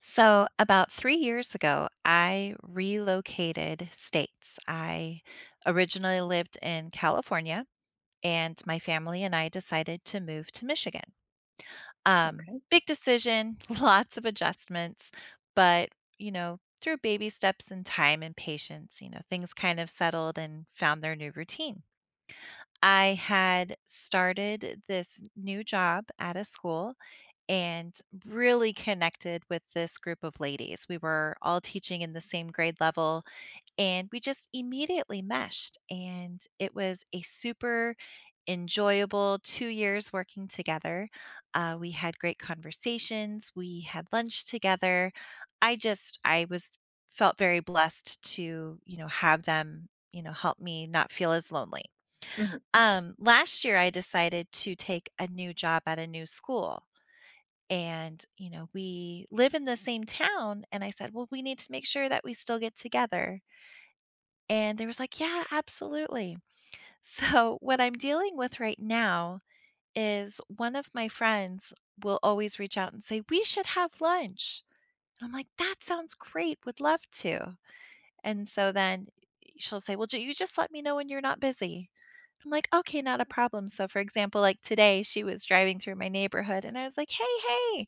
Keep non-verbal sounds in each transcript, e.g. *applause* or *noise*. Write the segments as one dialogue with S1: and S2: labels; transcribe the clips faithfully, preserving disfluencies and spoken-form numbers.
S1: So, about three years ago, I relocated states. I originally lived in California, and my family and I decided to move to Michigan. Um,
S2: Okay.
S1: big decision, *laughs* lots of adjustments, but you know, through baby steps and time and patience, you know, things kind of settled and found their new routine. I had started this new job at a school and really connected with this group of ladies. We were all teaching in the same grade level, and we just immediately meshed. And it was a super enjoyable two years working together. Uh, we had great conversations, we had lunch together. I just, I was felt very blessed to, you know, have them, you know, help me not feel as lonely.
S2: Mhm.
S1: Um, last year, I decided to take a new job at a new school, and you know, we live in the same town, and I said, well, we need to make sure that we still get together. And they was like, yeah, absolutely. *laughs* So what I'm dealing with right now is one of my friends will always reach out and say we should have lunch, and I'm like, that sounds great, would love to. And so then she'll say, well, ju- you just let me know when you're not busy. I'm like, okay, not a problem. So, for example, like today, she was driving through my neighborhood and I was like, hey, hey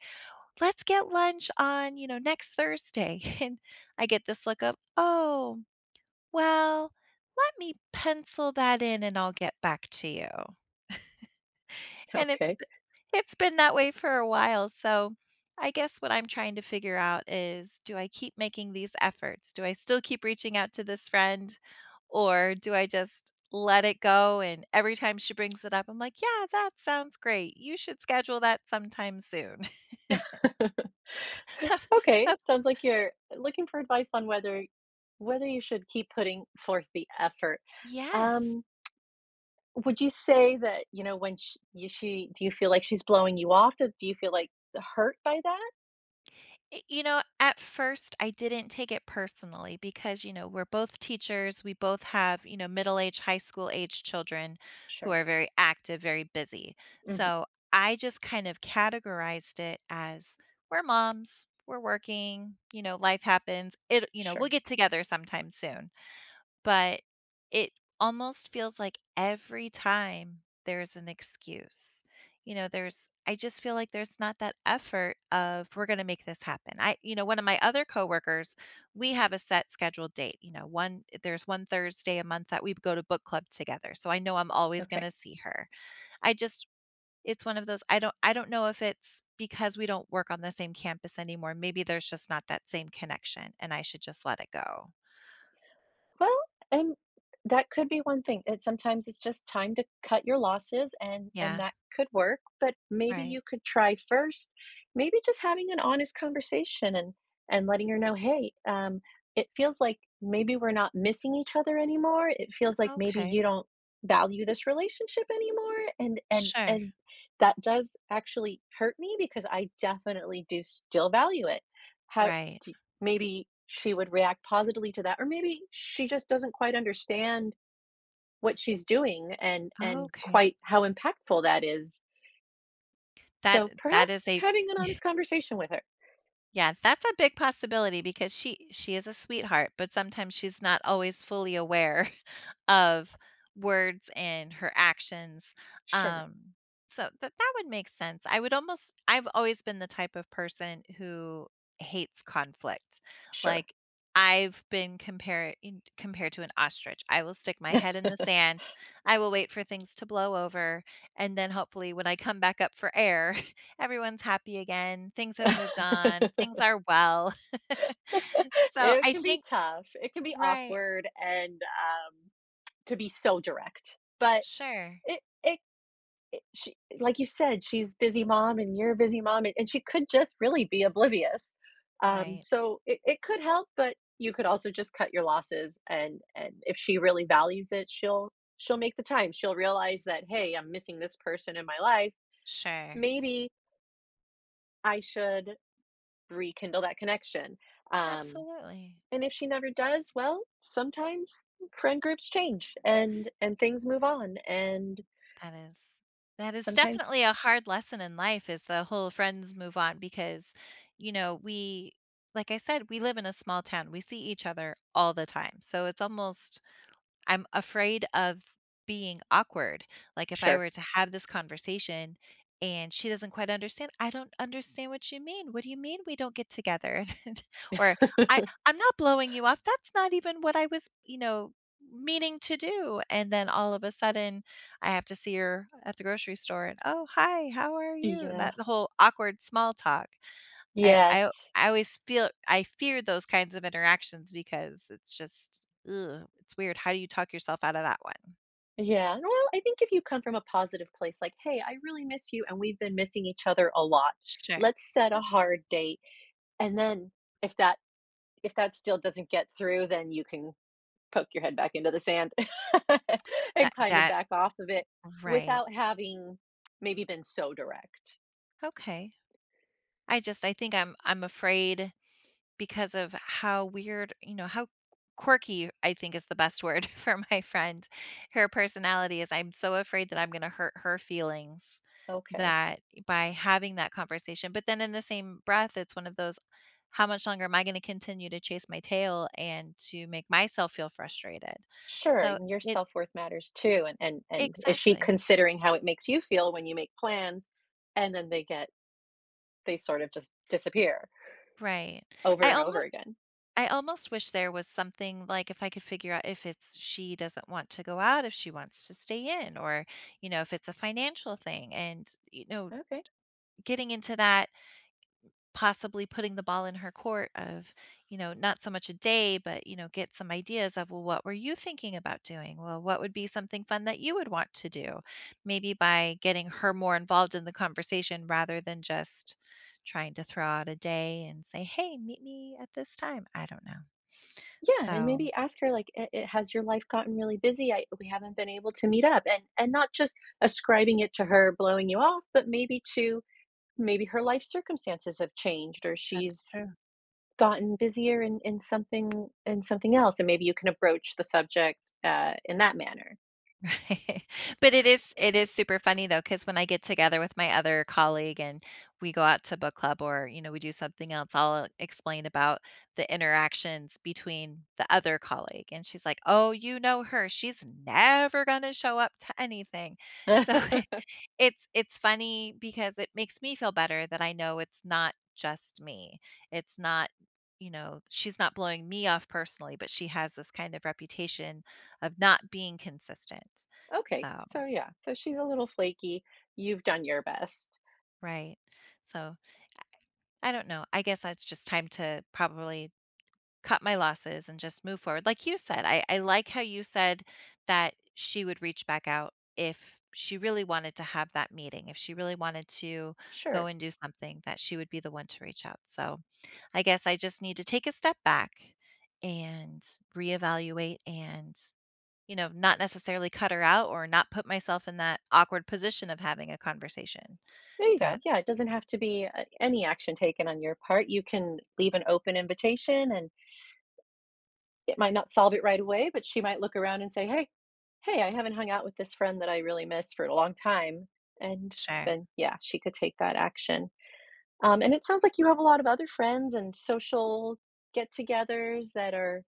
S1: let's get lunch on, you know, next Thursday. *laughs* And I get this look of, oh, well, let me pencil that in and I'll get back to you. And it's
S2: Okay.
S1: b- it's been that way for a while. So I guess what I'm trying to figure out is, do I keep making these efforts? Do I still keep reaching out to this friend, or do I just let it go, and every time she brings it up I'm like, "Yeah, that sounds great. You should schedule that sometime soon."
S2: *laughs*
S1: *laughs*
S2: Okay,
S1: That's-
S2: sounds like you're looking for advice on whether whether you should keep putting forth the effort.
S1: yes.
S2: Um, would you say that, you know, when sh you she do you feel like she's blowing you off? Do do you feel, like, hurt by that?
S1: Y You know, at first, I didn't take it personally because, you know, we're both teachers. We both have, you know, middle-aged, high school-aged children who
S2: Sure.
S1: are very active, very busy.
S2: Mhm.
S1: So, I just kind of categorized it as, we're moms, we're working, you know, life happens. It You know, we'll
S2: Sure.
S1: get together sometime soon. But it almost feels like every time there's an excuse. You know, there's I just feel like there's not that effort of, we're going to make this happen. I You know, one of my other coworkers, we have a set scheduled date. You know, one there's one Thursday a month that we go to book club together. So I know I'm always going
S2: Okay.
S1: to see her. I just It's one of those, I don't I don't know if it's because we don't work on the same campus anymore. Maybe there's just not that same connection and I should just let it go.
S2: Well, and that could be one thing. It sometimes it's just time to cut your losses, and and
S1: Yeah,
S2: that could work, but maybe
S1: right.
S2: you could try first, maybe just having an honest conversation, and and letting her know, "Hey, um, it feels like maybe we're not missing each other anymore. It feels like maybe
S1: Okay.
S2: you don't value this relationship anymore." And and
S1: Sure,
S2: and that does actually hurt me, because I definitely do still value it. How
S1: right.
S2: maybe she would react positively to that, or maybe she just doesn't quite understand what she's doing, and and
S1: Okay.
S2: quite how impactful that is,
S1: That
S2: so
S1: that is
S2: perhaps
S1: a
S2: having an honest conversation with her.
S1: Yeah, that's a big possibility because she she is a sweetheart, but sometimes she's not always fully aware of words and her actions.
S2: Sure.
S1: Um, so that that would make sense. I would almost I've always been the type of person who hates conflict.
S2: Sure.
S1: Like, I've been compared compared to an ostrich. I will stick my head in the
S2: *laughs*
S1: sand. I will wait for things to blow over, and then hopefully when I come back up for air, *laughs* everyone's happy again. Things have moved on. Things are well. *laughs* So
S2: It
S1: I
S2: can be
S1: think
S2: tough, it can be
S1: right.
S2: awkward, and um, to be so direct, but
S1: Sure.
S2: it it it she like you said, she's busy mom and you're a busy mom, and and she could just really be oblivious. Um,
S1: Right.
S2: so it it could help, but you could also just cut your losses, and and if she really values it, she'll she'll make the time. She'll realize that, "Hey, I'm missing this person in my life.
S1: Sure.
S2: Maybe I should rekindle that connection." Um,
S1: Absolutely.
S2: and if she never does, well, sometimes friend groups change, and and things move on, and
S1: That is that is
S2: sometimes.
S1: definitely a hard lesson in life, is the whole friends move on because, you know, we like I said, we live in a small town. We see each other all the time. So it's almost I'm afraid of being awkward. Like, if I
S2: Sure.
S1: were to have this conversation and she doesn't quite understand, I don't understand what you mean. What do you mean we don't get together? *laughs* Or I
S2: *laughs*
S1: I'm not blowing you off. That's not even what I was, you know, meaning to do. And then all of a sudden I have to see her at the grocery store and, "Oh, hi. How are you?"
S2: Yeah.
S1: That The whole awkward small talk. I I
S2: Yes.
S1: I always feel I fear those kinds of interactions because it's just, ugh, it's weird. How do you talk yourself out of that one?
S2: Yeah, well, I think if you come from a positive place, like, "Hey, I really miss you, and we've been missing each other a lot.
S1: Sure.
S2: Let's set a
S1: That's
S2: hard date." And then if that if that still doesn't get through, then you can poke your head back into the sand *laughs*
S1: that
S2: and kind of
S1: that
S2: back off of it,
S1: Right.
S2: without having maybe been so direct.
S1: Okay. I just I think I'm I'm afraid because of how weird, you know, how quirky, I think is the best word *laughs* for my friend. Her personality is I'm so afraid that I'm going to hurt her feelings
S2: Okay.
S1: that by having that conversation. But then in the same breath, it's one of those, how much longer am I going to continue to chase my tail and to make myself feel frustrated?
S2: Sure,
S1: So
S2: and your
S1: it
S2: self-worth matters too, and and and is she
S1: Exactly.
S2: considering how it makes you feel when you make plans, and then they get they sort of just disappear
S1: Right.
S2: over
S1: I
S2: and over
S1: almost
S2: again.
S1: I almost wish there was something, like if I could figure out if it's she doesn't want to go out, if she wants to stay in, or, you know, if it's a financial thing. And, you know,
S2: Okay.
S1: getting into that, possibly putting the ball in her court of, you know, not so much a day, but, you know, get some ideas of, well, what were you thinking about doing? Well, what would be something fun that you would want to do? Maybe by getting her more involved in the conversation rather than just trying to throw out a day and say, hey, meet me at this time. I don't know.
S2: Yeah, and
S1: So,
S2: maybe ask her like, "I- it, Has your life gotten really busy? I, we haven't been able to meet up," and and not just ascribing it to her blowing you off, but maybe to maybe her life circumstances have changed, or
S1: that's
S2: she's
S1: true. *laughs*
S2: gotten busier in in something in something else, and maybe you can approach the subject uh, in that manner.
S1: Right. But it is it is super funny though, because when I get together with my other colleague and we go out to book club or, you know, we do something else, I'll explain about the interactions between the other colleague, and she's like, "Oh, you know her. She's never gonna show up to anything." So
S2: *laughs*
S1: *laughs* It's it's funny because it makes me feel better that I know it's not just me. It's not You know, she's not blowing me off personally, but she has this kind of reputation of not being consistent.
S2: Okay,
S1: So,
S2: so yeah, so she's a little flaky. You've done your best.
S1: right. So, I don't know. I guess that's just time to probably cut my losses and just move forward. Like you said, I, I like how you said that she would reach back out if she really wanted to have that meeting, if she really wanted to go
S2: Sure.
S1: and do something, that she would be the one to reach out. So I guess I just need to take a step back and reevaluate and, you know, not necessarily cut her out or not put myself in that awkward position of having a conversation
S2: There you go.
S1: that,
S2: Yeah, it doesn't have to be uh, any action taken on your part. You can leave an open invitation, and it might not solve it right away, but she might look around and say, "Hey, hey, I haven't hung out with this friend that I really miss for a long time," and
S1: sure.
S2: then yeah, she could take that action. Um, and it sounds like you have a lot of other friends and social get-togethers that are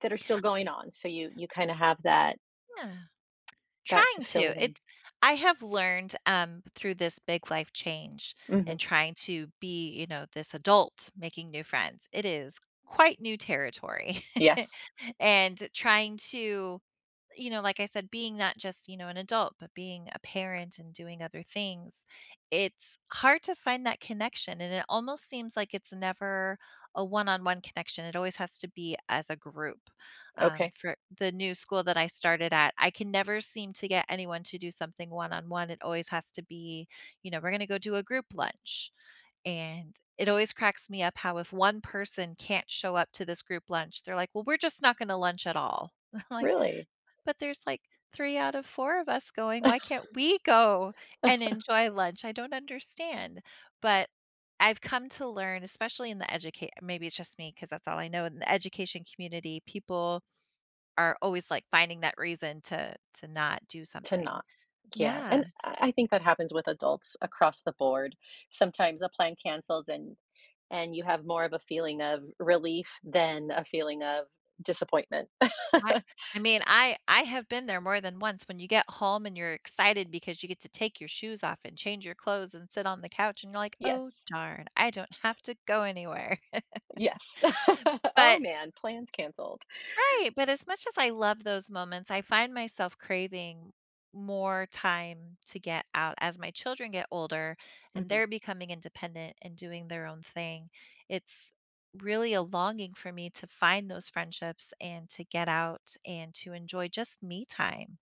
S2: that are still going on, so you you kind of have that
S1: Yeah.
S2: that to
S1: Trying
S2: fill
S1: to.
S2: it in.
S1: It's I have learned, um, through this big life change and
S2: Mhm.
S1: trying to be, you know, this adult making new friends. It is quite new territory
S2: Yes.
S1: *laughs* and trying to, you know, like I said, being not just, you know, an adult, but being a parent and doing other things, it's hard to find that connection. And it almost seems like it's never a one on one connection. It always has to be as a group. Um,
S2: Okay.
S1: for the new school that I started at, I can never seem to get anyone to do something one on one. It always has to be, you know, we're going to go do a group lunch. And it always cracks me up how if one person can't show up to this group lunch, they're like, well, we're just not going to lunch at all. *laughs* I'm like.
S2: Really?
S1: But there's like three out of four of us going, why
S2: *laughs*
S1: can't we go and enjoy lunch? I don't understand. But I've come to learn, especially in the educate maybe it's just me because that's all I know in the education community, people are always like finding that reason to to not do
S2: To
S1: something.
S2: not. Yeah,
S1: Yeah.
S2: and I I think that happens with adults across the board. Sometimes a plan cancels, and and you have more of a feeling of relief than a feeling of disappointment. *laughs*
S1: I I mean, I I have been there more than once when you get home and you're excited because you get to take your shoes off and change your clothes and sit on the couch and you're like,
S2: Yes.
S1: "Oh darn, I don't have to go anywhere." *laughs*
S2: Yes. *laughs* "Oh,
S1: But
S2: man, plans canceled."
S1: right, but as much as I love those moments, I find myself craving more time to get out as my children get older and
S2: Mhm.
S1: they're becoming independent and doing their own thing. It's really a longing for me to find those friendships and to get out and to enjoy just me time.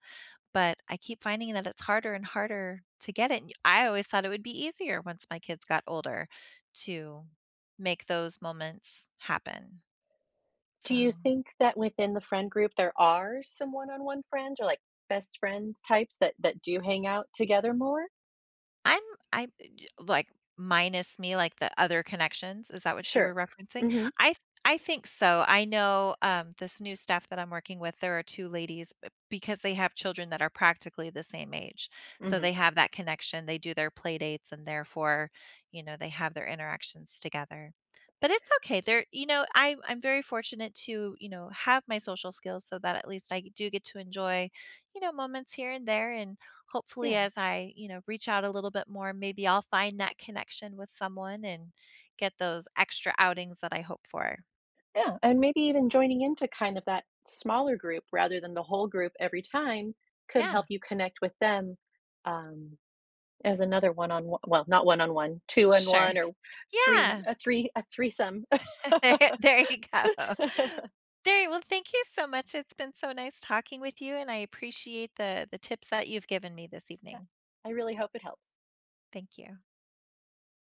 S1: But I keep finding that it's harder and harder to get it. And I always thought it would be easier once my kids got older to make those moments happen.
S2: Do you
S1: So
S2: think that within the friend group there are some one-on-one friends, or, like, best friends types that that do hang out together more?
S1: I'm I am I like, minus me, like, the other connections, is that what you were
S2: Sure.
S1: referencing?
S2: Mhm.
S1: I th I think so. I know, um, this new staff that I'm working with, there are two ladies, b because they have children that are practically the same age, so
S2: Mhm.
S1: they have that connection, they do their playdates, and therefore, you know, they have their interactions together. But it's okay, they're you know, I I'm very fortunate to, you know, have my social skills so that at least I do get to enjoy, you know, moments here and there, and hopefully
S2: Yeah.
S1: as I, you know, reach out a little bit more, maybe I'll find that connection with someone and get those extra outings that I hope for.
S2: Yeah, and maybe even joining into kind of that smaller group rather than the whole group every time could
S1: Yeah.
S2: help you connect with them, um, as another one on one. Well, not one on one, two on
S1: Sure.
S2: one, or three
S1: Yeah. *laughs*
S2: a three a threesome. *laughs*
S1: There there you go. There Well, thank you so much. It's been so nice talking with you, and I appreciate the the tips that you've given me this
S2: Yeah,
S1: evening.
S2: I really hope it helps.
S1: Thank you.